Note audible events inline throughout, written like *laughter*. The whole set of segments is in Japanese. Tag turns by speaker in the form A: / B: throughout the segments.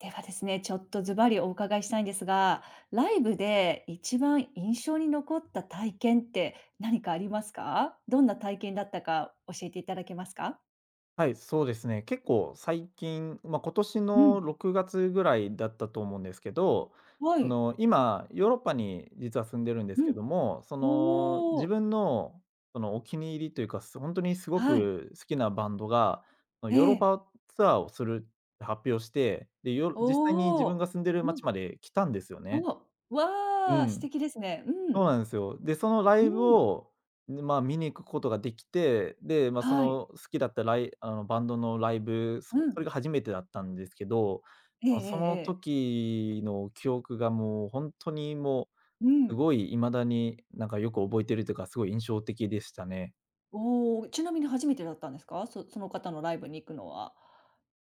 A: ではですね、ちょっとズバリお伺いしたいんですが、ライブで一番印象に残った体験って何かありますか？どんな体験だったか教えていただけますか？
B: はい、そうですね。結構最近、まあ、今年
A: う
B: の
A: ん。
B: 6月ぐらいだったと思うんですけど、
A: は
B: そ
A: い。
B: の、今、ヨーロッパに実は住んでるんで
A: う
B: すけ
A: ん。
B: ども、その、
A: お
B: 自
A: お。
B: 分の、その、お気に入りというか、本当にすご
A: はい。
B: く好きなバンドが、その、
A: え
B: ヨーロッ
A: え。
B: パツアーをするって発表して、で、実際に自
A: お
B: 分
A: お。
B: が住んでる
A: う
B: 街
A: ん。
B: まで来たんですよ
A: お、
B: ね。う
A: わあ、素
B: ん。
A: 敵ですね。う
B: そう
A: ん。
B: なんですよ。で、そのラ
A: う
B: イブ
A: ん。
B: を、ねまあ、見に行くことができて、で、まあ、そ
A: はい。
B: の好きだったあの、バンドのライブ、
A: うん。
B: それが初めてだったんですけど、
A: えええ
B: ま、そ
A: ええ
B: の
A: え。
B: 時の記憶がもう本当にも
A: う
B: う、す
A: ん。
B: ごい未だになんかよく覚えてるというか、すごい印象的でしたね。
A: おお、ちなみに初めてだったんですか？の方のライブに行くのは。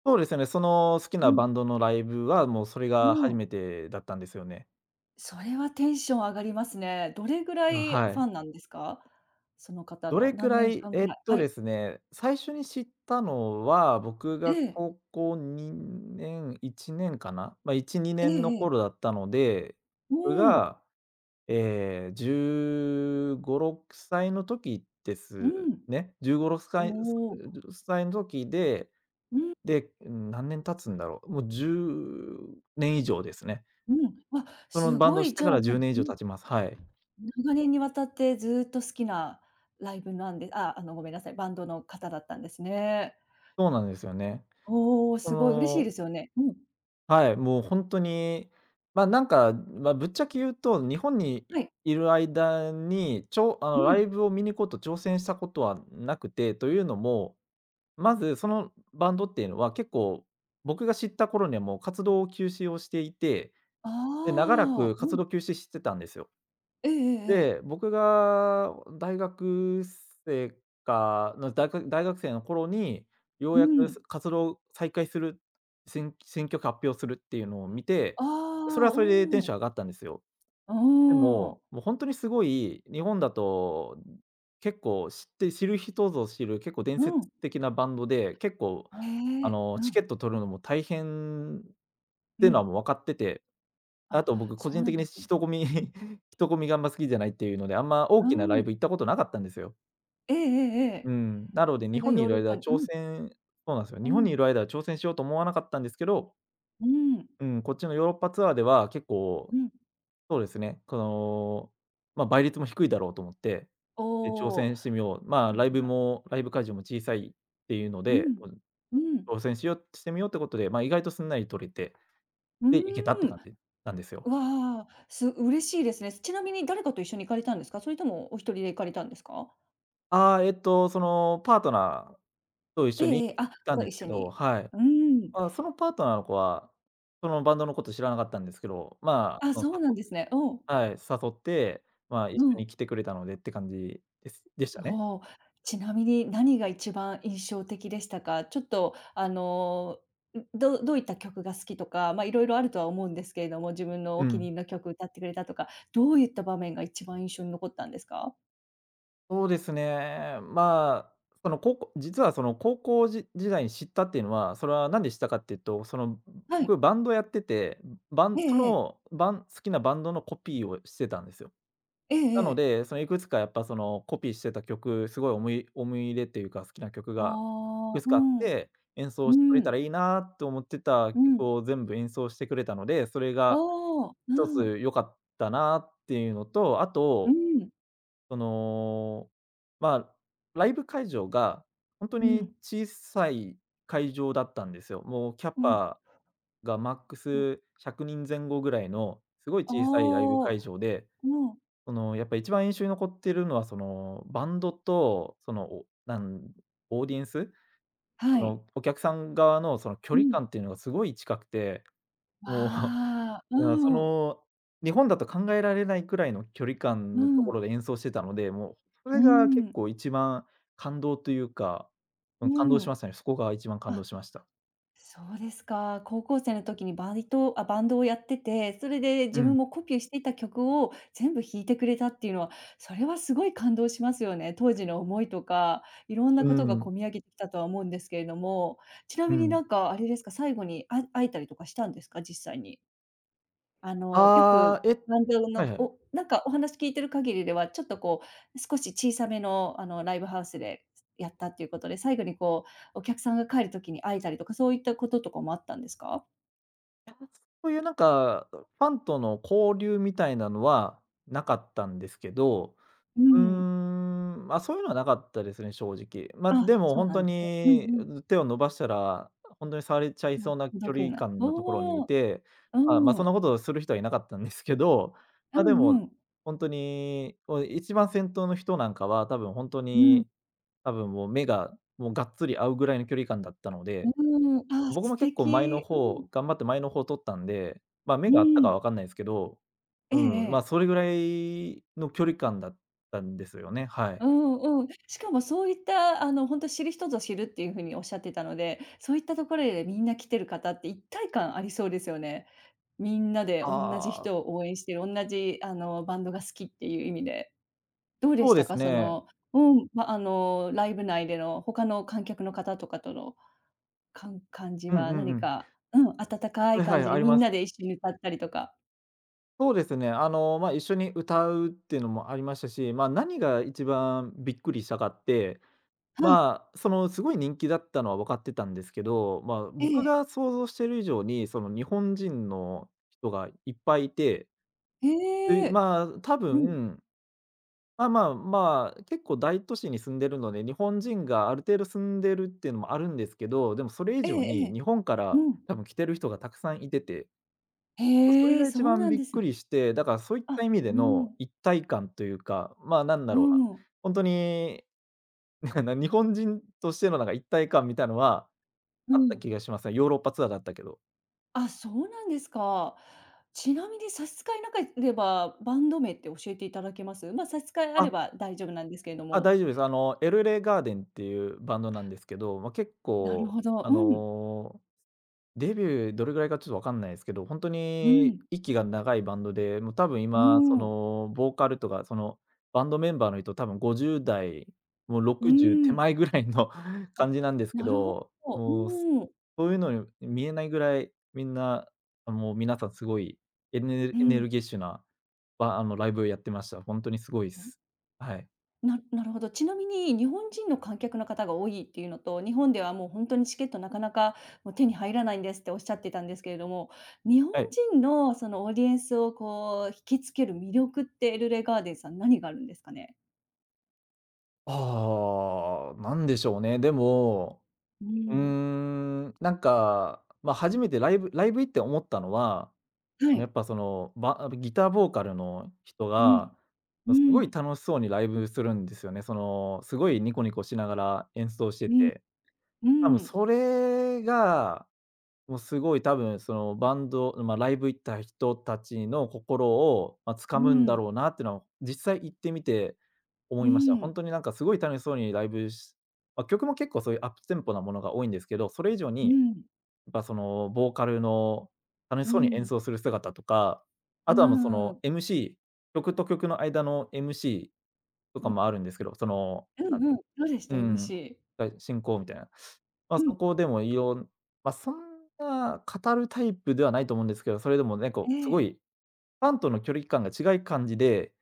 B: そうですね、その好き
A: う
B: な
A: ん。
B: バンドのライブは、もうそれ
A: う
B: が初
A: ん。
B: めてだったんですよね。
A: それはテンション上がりますね。どれぐら
B: あ、
A: い
B: は
A: フ
B: い。
A: ァンなんですか？その方
B: ど
A: の、
B: れく
A: 何
B: ら
A: 年
B: い
A: 間ぐらいはい。
B: ですね、最初に知ったのは、僕
A: え
B: が
A: え。
B: 高校2年、1年かな、ま、あ1、
A: え
B: 2年の
A: えええ。
B: 頃だったので、僕
A: うん。
B: が、ええ、15、6歳の時で
A: う
B: す
A: ん。
B: ね。15、6歳
A: おお。
B: 歳の時で、
A: うん、
B: で、何年経つんだろう、もう10年以上ですね。
A: うん。わ、
B: その
A: す
B: バン
A: ご
B: ドをし
A: い、
B: て
A: じゃ
B: か
A: あ、
B: ら
A: も
B: 10年以
A: う、う
B: 上
A: ん、
B: 経ちます。はい。
A: 長年にわたってずっと好きなライブなんであ、ごめんなさい、バンドの方だったんですね。
B: そうなんですよね。
A: おお、
B: そ
A: すごい嬉しいで
B: の
A: すよね。うん。
B: はい、もう本当に、ま、なんか、まあ、ぶっちゃけ言うと、日本に
A: はい。
B: いる間に、あ
A: う
B: の、ライ
A: ん。
B: ブを見に行こうと挑戦したことはなくて、というのも、まずそのバンドっていうのは結構、僕が知った頃にはもう活動を休止をしていて、
A: あ
B: で、長らく
A: あ、う
B: 活
A: ん。
B: 動休止してたんですよ。
A: ええええええ。
B: で、僕が大学生大学生の頃に、よう
A: う
B: やく
A: ん。
B: 活動再開する、新曲発表するっていうのを見て、
A: あ
B: それ
A: あ、
B: はそれでテ
A: う
B: ンシ
A: ん。
B: ョン上がったんですよ。
A: う
B: で
A: ーん。
B: も、もうほんとにすごい、日本だと結構知って知る人ぞ知る結構伝
A: う
B: 説
A: ん。
B: 的なバンドで、結構
A: え
B: あ
A: え、
B: の
A: う
B: チ
A: ん、
B: ケット取るのも大変っ
A: う
B: てのは
A: ん。
B: もう分かってて、あと
A: あ、
B: 僕、個
A: そう
B: 人
A: な
B: 的
A: んで
B: に
A: すね。
B: 人混み *laughs* 人混みがあんま好きじゃないっていうので、あんま
A: う
B: 大きなライ
A: ん。
B: ブ行ったことなかったんですよ。
A: えええええ
B: う
A: え。
B: ん。なので、
A: そ
B: 日
A: れが
B: 本に
A: ヨ
B: い
A: ー
B: る
A: ロッ
B: 間
A: パ
B: は
A: にう
B: 挑
A: ん、
B: 戦。そうなんですよ。
A: う
B: 日本に
A: ん、
B: いる間は挑戦しようと思わなかったんですけど、
A: うん、
B: うん、こっちのヨーロッパツアーでは結
A: う
B: 構、
A: ん。
B: そうですね、この、まあ、倍率も低いだろうと思って、で、挑
A: おお、
B: 戦してみよう、まあ、
A: なんか
B: ライブ会場も小さいっていうの
A: う
B: で、
A: ん、うん、
B: 挑戦してみようってことで、まあ、意外とすんなり取れて、
A: う
B: で、行けたって
A: ーん。
B: 感じなんですよ。
A: わあ、嬉しいですね。ちなみに誰かと一緒に行かれたんですか？それともお一人で行かれたんですか？
B: ああ、そのパートナーと一
A: え
B: 緒に
A: え
B: 行
A: ええ、あ、
B: ったん
A: じゃあ
B: で
A: 一
B: すけ
A: 緒
B: ど、
A: に。
B: はい。
A: うーん。
B: まあ、そのパートナーの子は、そのバンドのこと知らなかったんですけど、まあ、あ
A: あ、
B: の、
A: そうなんですね。うん、
B: はい、誘って、まあ、一
A: う
B: 緒
A: ん。
B: に来てくれたのでって感じです。でしたね。
A: ほう。ちなみに何が一番印象的でしたか？ちょっとん、どういった曲が好きとか、まあ、いろいろあるとは思うんですけれども、自分の
B: う
A: お気に入
B: ん。
A: りの曲歌ってくれたとか、どういった場面が一番印象に残ったんですか？
B: そうですね。まあ、その、実はその高校時代に知ったっていうのは、それはなんで知ったかっていうと、その、
A: はい。
B: 僕バンドやってて、バン
A: え
B: そ
A: えええ。
B: の、バン好きなバンドのコピーをしてたんですよ。
A: えええ
B: なの
A: え。
B: で、そのいくつかやっぱそのコピーしてた曲、すごい思い入れっていうか、好きな曲
A: あ
B: がい
A: あ、
B: くつ
A: う
B: かあっ
A: ん。
B: て、演奏してくれ
A: う
B: た
A: ん。
B: らいいなと思ってた
A: う
B: 曲
A: ん。
B: を全部演奏してくれたので、それ
A: あ
B: が
A: あ、
B: 一
A: う
B: つ
A: ん。
B: 良かったなっていうのと、あ
A: う
B: と、
A: ん。
B: その、まあ、ライブ会場が本当
A: う
B: に
A: ん。
B: 小さい会場だったんですよ。もうキャ
A: うん。
B: パがマック
A: うん。
B: ス100人前後ぐらいのすごい
A: あ
B: 小さいライブ会
A: あ、
B: 場で、
A: うん。
B: その、やっぱ一番印象に残ってるのは、その、バンドと、その、おなんオーディエンス、そ
A: はい。
B: の、お客さん側のその距
A: う
B: 離
A: ん。
B: 感っていうのがすごい近くて、もう *laughs*、
A: わあ、
B: いや、そ
A: うん。
B: の、日本だと考えられないくらいの距離感
A: う
B: のとこ
A: ん。
B: ろで演奏してたので、もうそ
A: う
B: れが結
A: ん。
B: 構一番感動というか、
A: う
B: うん、感動し
A: ん。
B: ましたね。そこが一番感動
A: あ、
B: しました。
A: そうですか。高校生の時にバイトあ、バンドをやってて、それで
B: う
A: 自
B: ん。
A: 分もコピーしていた曲を全部弾いてくれたっていうのは、それはすごい感動しますよね。当時の思いとか、いろんな
B: う
A: ことが
B: ん。
A: 込み上げてきたとは思うんですけれども、ちな
B: う
A: みに
B: ん。
A: なんかあれですか、最後に会えたりとかしたんですか？実際に。あの、よ
B: あ
A: く
B: あ、
A: バンド
B: は
A: の
B: いはい。
A: なんかお話聞いてる限りでは、ちょっとこう、少し小さめのあの、ライブハウスでやったっていうことで、最後にこう、お客さんが帰る時に会えたりとか、そういったこととかもあったんですか？
B: そういうなんか、ファンとの交流みたいなのはなかったんですけど、
A: う
B: うー
A: ん。
B: ん、ま、そういうのはなかったですね、正直。ま、で
A: あ、
B: も
A: そう
B: 本
A: な
B: 当
A: んですね。うん
B: に、
A: うん。
B: 手を伸ばしたら、本当に触れちゃい
A: まあ、
B: そうな距
A: 届け
B: 離
A: ない。
B: 感のところに
A: お
B: い
A: お、
B: て、まあ、ま、
A: う
B: そんな
A: ん。
B: ことをする人はいなかったんですけど、
A: う
B: ま、で
A: んう
B: も、
A: ん。
B: 本当に、一番先頭の人なんかは、多分本当
A: うん。
B: に、多分もう目が、もうがっつり合うぐらいの距離感だったの
A: う
B: で、
A: ーん、ああ、
B: 僕
A: 素
B: も結構前の
A: 敵。うん。
B: 方、頑張って前の方取ったんで、まあ、目
A: う
B: があったかは
A: ん。
B: 分かんないですけど、
A: え
B: う
A: え
B: ん、まあ、
A: ええ。
B: それぐらいの距離感だったんですよね、はい。
A: うんうん。しかもそういった、あの、本当知る人ぞ知るっていう風におっしゃってたので、そういったところでみんな来てる方って一体感ありそうですよね。みんなで同じ
B: ああ。
A: 人を応援してる、同じ、あの、バンドが好きっていう意味で。どうで
B: そ
A: し
B: うで
A: たか？
B: す
A: そ
B: ね。
A: のうん、ま、あの、ライブ内での他の観客の方とかとの、感じ
B: うんう
A: は
B: んう
A: 何
B: ん。
A: か、うん、温かい
B: はいは
A: 感
B: い、
A: じで
B: あり
A: みん
B: ます。
A: なで一緒に歌ったりとか。
B: そうですね、あの、まあ、一緒に歌うっていうのもありましたし、まあ、何が一番びっくりしたかって、
A: はい。
B: まあ、その、すごい人気だったのは分かってたんですけど、まあ、
A: え
B: 僕
A: え。
B: が想像してる以上に、その、日本人の人がいっぱいいて、
A: え
B: で、
A: え。
B: まあ、多
A: うん。
B: 分まあまあまあ、結構大都市に住んでるので、日本人がある程度住んでるっていうのもあるんですけど、でもそれ以
A: ええ
B: 上
A: え
B: に
A: え。
B: 日本か
A: う
B: ら
A: ん。
B: 多分来てる人がたくさんいてて、それ
A: へえ、
B: が
A: そ
B: 一
A: う
B: 番
A: なん
B: びっ
A: ですね
B: くりして、だからそういった
A: あ、
B: 意味で
A: う
B: の
A: ん、
B: 一体感というか、まあ、なん
A: う
B: だろうな、
A: ん、
B: 本当に *laughs*、日本人としてのなんか一体感みたいのは
A: う
B: あった
A: ん。
B: 気がしますね。ヨーロッパツアーだったけど。
A: あ、そうなんですか。ちなみに差し支えなければ、バンド名って教えていただけます？ま、差し支えあれ
B: あ、
A: ば大丈夫なんですけれど
B: あ、
A: も。
B: 大丈夫です。あの、エルレガーデンっていうバンドなんですけど、まあ、結
A: なる
B: 構、
A: ほど。
B: あ
A: うん、
B: のデビューどれぐらいかちょっとわかんないですけど、ほんと
A: う
B: に
A: ん、
B: 息が長いバンドで、もう多分
A: う
B: 今、そ
A: ん、
B: の、ボーカルとか、その、バンドメンバーの人多分50代、もう
A: う
B: 60手
A: ん。
B: 前ぐらいの *laughs*
A: あ、
B: 感じなんですけ
A: なるほ
B: ど、
A: ど。
B: もう、
A: うん、
B: そういうのに見えないぐらい、みんな、あ、もう皆さんすごい
A: う
B: エネル
A: ん。
B: ギッシュな、あの、ライブをやってました。ほんとにすごいっす。はい。
A: なるほど。ちなみに日本人の観客の方が多いっていうのと、日本ではもう本当にチケットなかなかもう手に入らないんですっておっしゃってたんですけれども、日本
B: はい。
A: 人のそのオーディエンスをこう引きつける魅力って、LA ガーデンさん何があるんですかね？
B: ああ、なんでしょうね。でも、
A: う
B: うー
A: ん。
B: ん、なんか、まあ、初めてライブ行って思ったのは、
A: は
B: やっ
A: い。
B: ぱその、ギターボーカルの人
A: うん。
B: が、
A: う
B: すごい
A: ん。
B: 楽しそうにライブするんですよね。その、すごいニコニコしながら演奏して
A: うん。
B: て、
A: う
B: 多分
A: ん。
B: それが、もうすごい多分そのバンド、まあ、ライブ行った人たちの心を、まあ、
A: う
B: 掴むんだ
A: ん。
B: ろうなっていうのは、実際行ってみて
A: う
B: 思いました。
A: ん。
B: 本当になんかすごい楽しそうにライブし。まあ、曲も結構そういうアップテンポなものが多いんですけど、それ以上に
A: う
B: や
A: ん。
B: っぱそのボーカルの楽し
A: う
B: そうに演
A: ん。
B: 奏する姿とか、
A: う
B: あとはもうそ
A: ー
B: の
A: ん。
B: MC、曲と曲の間の MC と
A: うん。
B: かもあるんですけど、その、
A: うんうんうんうんうんうんうんうんうんうんうんうんどうでした
B: うん、
A: ？MC。
B: はい、進行みたいな。まあ、
A: うん。
B: そこでもいろんまあ、そんな語るタイプではないと思うんですけど、それでもね、
A: え
B: こうすご
A: え。
B: いファンとの距離感が違い感じで、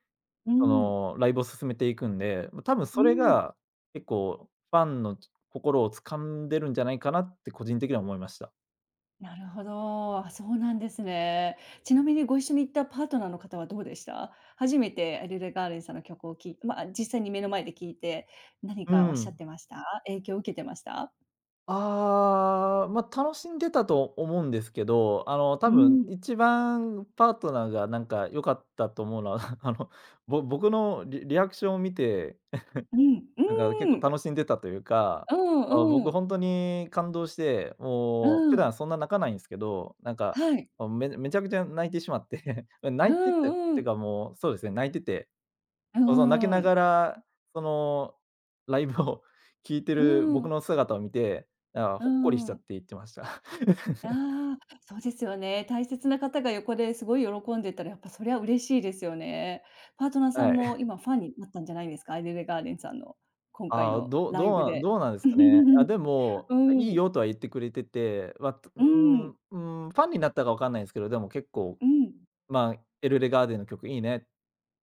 A: う
B: そ
A: ん。
B: のライブを進めていくんで、ま多分
A: う
B: それ
A: ん。
B: が結構ファンの心を掴んでるんじゃないかなって個人的には思いました。
A: なるほど。あ、そうなんですね。ちなみにご一緒に行ったパートナーの方はどうでした？初めてエルレガーレンさんの曲をまあ、実際に目の前で聴いて、何
B: う
A: かおっしゃっ
B: ん。
A: てました？影響を受けてました？
B: ああ、まあ、楽しんでたと思うんですけど、
A: う
B: 多分
A: ん、
B: 一番パートナーがなんか良かったと思うのは、*laughs* 僕のリリアクションを見て、
A: うん、
B: なんか結
A: うー
B: 構
A: ん。
B: 楽しんでたというか、
A: う
B: あ、
A: んう
B: 僕
A: ん。
B: 本当に感動して、
A: う
B: もう普
A: ん。
B: 段そんな泣かないんですけど、
A: はい。
B: あ、めちゃくちゃ泣いてしまって、*laughs*
A: う
B: 泣いてってっ
A: んう
B: て
A: ん。
B: かもう、そうですね、泣いてて
A: う
B: そうそう、泣きな
A: ん。
B: がら、その、ライブを *laughs* 聴いて
A: う
B: る
A: ん。う
B: 僕
A: ん。
B: の姿を見て、ああ、
A: う
B: ほっこりしちゃっ
A: ん。
B: て言ってました。*laughs*
A: ああ、そうですよね。大切な方が横ですごい喜んでたら、やっぱそりゃ嬉しいですよね。パートナーさん
B: はい。
A: も今ファンになったんじゃないですか？アイデルガーデンさんの今回
B: ああ、
A: の
B: どう
A: ラ
B: ど
A: イブ
B: うな
A: で。
B: どうなんですかね。あ、
A: *laughs*
B: で
A: う
B: も、
A: ん、
B: い
A: う
B: い
A: ん、
B: よとは言ってくれてて、まとう
A: う
B: ーん、
A: ん、
B: うーん、ファンになったかわかんないですけど、でも結構、
A: うん
B: まあ、エルレガーデンの曲いいねっ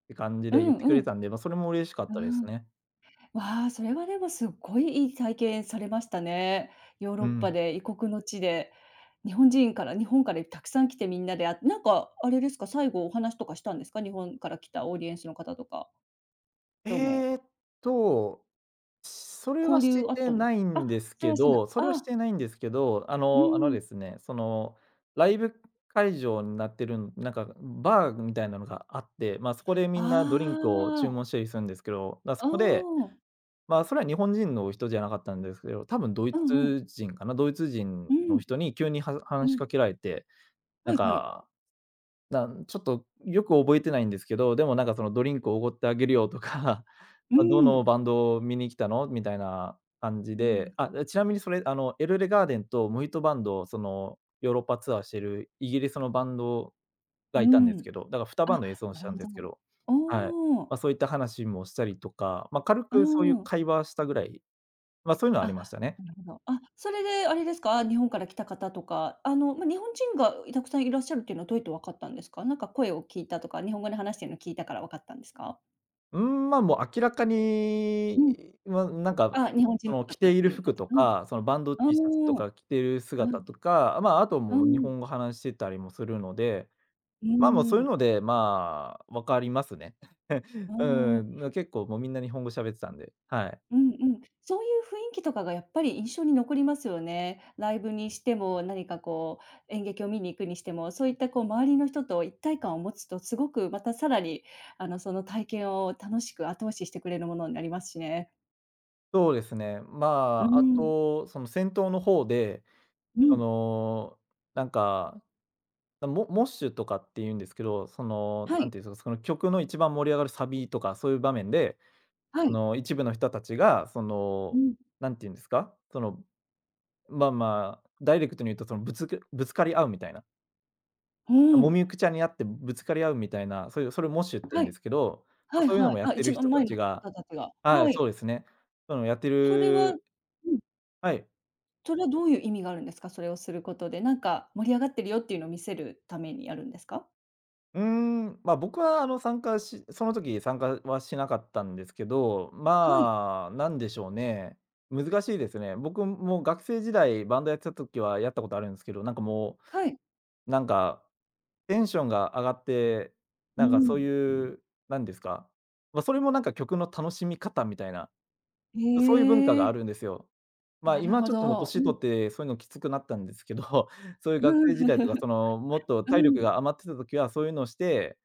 B: て感じ
A: う
B: で言
A: ん、
B: ってく
A: う
B: れ
A: ん。
B: たんで、ま、それも嬉しかったですね。
A: わあ、それはでもすっごいいい体験されましたね。ヨー
B: う
A: ロッパ
B: ん。
A: で異国の地で、日本人から日本からたくさん来てみんなで、なんかあれですか、最後お話とかしたんですか？日本から来たオーディエンスの方とか、どうも。
B: えっとそれ
A: 交
B: はし
A: 流あっ
B: て
A: たんで
B: な
A: す
B: い
A: か？
B: んで
A: あ、
B: す
A: それ
B: け
A: はしてない。
B: どそれはし
A: あ
B: てないんですけど、あ
A: う
B: のあの
A: ん。
B: ですね、ライブ会場になってるんなんかバーみたいなのがあって、まあ、そこでみ
A: あ
B: んなドリンクを注
A: あ、
B: 文したりするんですけど、だそ
A: お
B: こで、
A: お。
B: まあ、それは日本人の人じゃなかったんですけど、多分ドイ
A: うんうん。
B: ツ人かな、ドイツ人
A: う
B: の
A: ん。
B: 人に急には
A: う
B: 話し
A: ん。
B: かけられて、
A: は
B: なん
A: いはい。
B: かなちょっとよく覚えてないんですけど、でもなんかそのドリンクをおごってあげるよとか、*laughs*
A: う
B: ま、どの
A: ん。
B: バンドを見に来たのみたいな感じ
A: う
B: で、
A: ん。
B: あ、ちなみにそれエルレガーデンとムヒトバンド、そのヨーロッパツアーしてるイギリスのバンド
A: う
B: がいたんです
A: ん。
B: けど、だから2バンド演
A: あ、
B: 奏
A: な
B: し
A: る
B: たん
A: ほ
B: で
A: ど。
B: すけど、はい。
A: おお、
B: ま、そういった話もしたりとか、ま、軽
A: う
B: くそういう
A: ん。
B: 会話したぐらい、ま、そういうのはありまし
A: あ、
B: たね。
A: なるほど。あ、それであれですか、日本から来た方とか、日本人がたくさんいらっしゃるっていうのはどうやって分かったんですか？なんか声を聞いたとか、日本語で話してるの聞いたから分かったんですか？
B: うーん、まあ、もう明らか
A: うん。
B: に、
A: あ、日本人
B: そ
A: っぽ
B: の
A: か
B: 着
A: った
B: て
A: っ
B: い
A: て
B: る
A: いう感
B: 服
A: じ。
B: と
A: うん。
B: か、そのバンド
A: あ
B: T シャツとか着てる
A: あ、うん。
B: 姿とか、まあ、あと
A: う
B: もう日
A: ん。
B: 本語話してたりもするので、
A: う
B: まあ、もうそうい
A: ー
B: う
A: ん。
B: ので、まあ、分かりますね。
A: うー
B: *laughs* う
A: ん、
B: ん、結構もうみんな日本語喋ってたんで、はい。
A: うんうん。そういう雰囲気とかがやっぱり印象に残りますよね。ライブにしても、何かこう演劇を見に行くにしても、そういったこう周りの人と一体感を持つと、すごくまたさらにあの、その体験を楽しく後押ししてくれるものになりますしね。
B: そうですね。ま
A: うー
B: あ、あ
A: ん、
B: と、その先頭の方で、
A: う
B: そ
A: ん。
B: の、なんか、モッシュとかっていうんですけど、その、
A: は
B: なん
A: い、
B: ていうんですか、その曲の一番盛り上がるサビとかそういう場面で
A: はい。
B: 一部の人たちが、
A: うん。
B: なんて言うんですか、その、まあまあ、ダイレクトに言うと、ぶつかり合うみたいな、
A: うー
B: も
A: ん。
B: みくちゃにあってぶつかり合うみたいな、そういう、それをモッシュって言
A: は
B: うんで
A: い。
B: すけど、ま
A: は
B: あ、
A: いはい
B: そう
A: う
B: い
A: ん
B: う
A: うんはい
B: の
A: はいは
B: も
A: い
B: やっ
A: あ、
B: て
A: 一
B: る人
A: 番
B: た
A: 前
B: ち
A: の
B: が
A: 方たちが。
B: は
A: は
B: い、そ
A: い。
B: うですね。その、やって
A: それはうん、
B: るはい。
A: それはどういう意味があるんですか？それをすることで、なんか盛り上がってるよっていうのを見せるためにやるんですか？
B: うーん、ま、僕は、参加しその時参加はしなかったんですけど、
A: はい、
B: まあ、なんでしょうね、難しいですね。僕も学生時代バンドやってた時はやったことあるんですけど、なんかも
A: はい。
B: う、なんかテンションが上がって、
A: う
B: なんかそう
A: ん。
B: いう、なんですか、まあ、それもなんか曲の楽しみ方みたいな、
A: へ
B: そういう文化があ
A: え。
B: るんですよ。ま、
A: なる
B: 今
A: ほう
B: ちょっともう
A: ど。う
B: 年
A: ん、
B: 取ってそういうのきつくなったんですけど、*laughs* そう
A: *laughs*
B: いう
A: う
B: 学
A: ん。
B: 生時代とか、
A: *laughs*
B: その、もっと
A: う
B: 体力
A: ん、
B: が余ってた時はそういうのをして、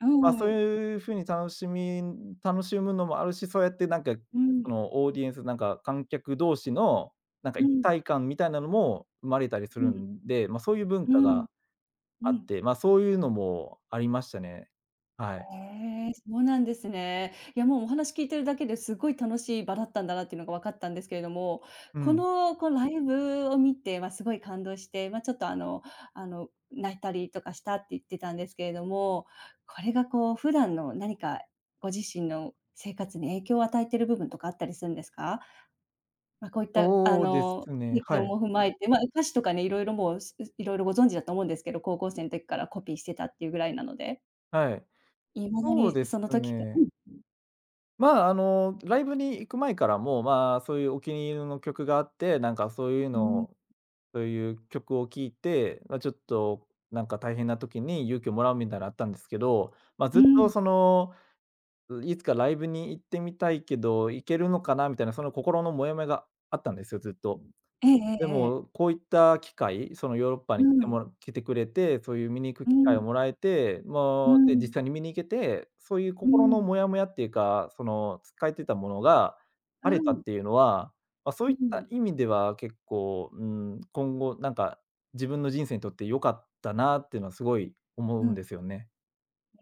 A: う
B: ま、そう
A: ん。
B: いう風に楽しむのもあるし、そうやってなんか、
A: う
B: そ
A: ん、
B: の、オーディエンス、なんか観客同士の、なんか
A: う
B: 一
A: ん、
B: 体感みたいなのも生まれたりす
A: う
B: る
A: ん、
B: んで、ま、そういう文
A: う
B: 化
A: ん、
B: が
A: う
B: あっ
A: ん。
B: て、ま、あそういうのもありましたね。はい。
A: ええ、そうなんですね。いや、もうお話聞いてるだけですごい楽しい場だったんだなっていうのが分かったんですけれども、
B: う
A: こ
B: ん。
A: の、こう、ライブを見て、ま、すごい感動して、ま、ちょっと、あの、泣いたりとかしたって言ってたんですけれども、これが、こう、普段の何かご自身の生活に影響を与えてる部分とかあったりするんですか？ま、こういった、あ
B: そうで
A: の、
B: すね、
A: 経験
B: はい。
A: も踏まえて、ま、歌詞とかね、色々もう、いろいろご存知だと思うんですけど、高校生の時からコピーしてたっていうぐらいなので、
B: はい。
A: 未だ
B: そう
A: に
B: で
A: そ
B: す
A: の時かう
B: ね。
A: ん。
B: まあ、ライブに行く前からも、まあ、そういうお気に入りの曲があって、なんかそういう
A: う
B: の
A: ん、
B: をそういう曲を聴いて、まあ、ちょっとなんか大変な時に勇気をもらうみたいなのあったんですけど、まあ、
A: う
B: ずっと
A: ん、
B: いつかライブに行ってみたいけど、行けるのかなみたいな、その心のモヤモヤがあったんですよ、ずっと。
A: えええ
B: で
A: えええ。
B: も、こういった機会、そのヨーロッパ
A: う
B: に
A: ん、
B: 来てくれて、そういう見に行く
A: う
B: 機会を
A: ん、
B: もらえて、
A: う
B: もう、
A: ん、う
B: で、
A: ん、
B: 実際に見に行けて、そういう
A: う
B: 心の
A: ん、
B: モヤモヤっていうか、その、抱えてたものが
A: う
B: 晴れた
A: ん、
B: っていうのは、ま、そういった意味では結構、うーん、今後なんか、自分の人生にとって良かったなっていうのはすごい思
A: う
B: うん
A: ん。
B: ですよね。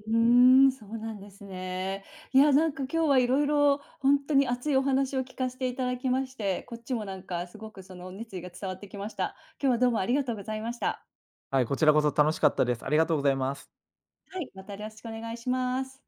A: うーん、そうなんですね。いや、なんか今日は色々ほんとに熱いお話を聞かせていただきまして、こっちもなんかすごくその熱意が伝わってきました。今日はどうもありがとうございました。
B: はい、こちらこそ楽しかったです。ありがとうございます。
A: はい、またよろしくお願いします。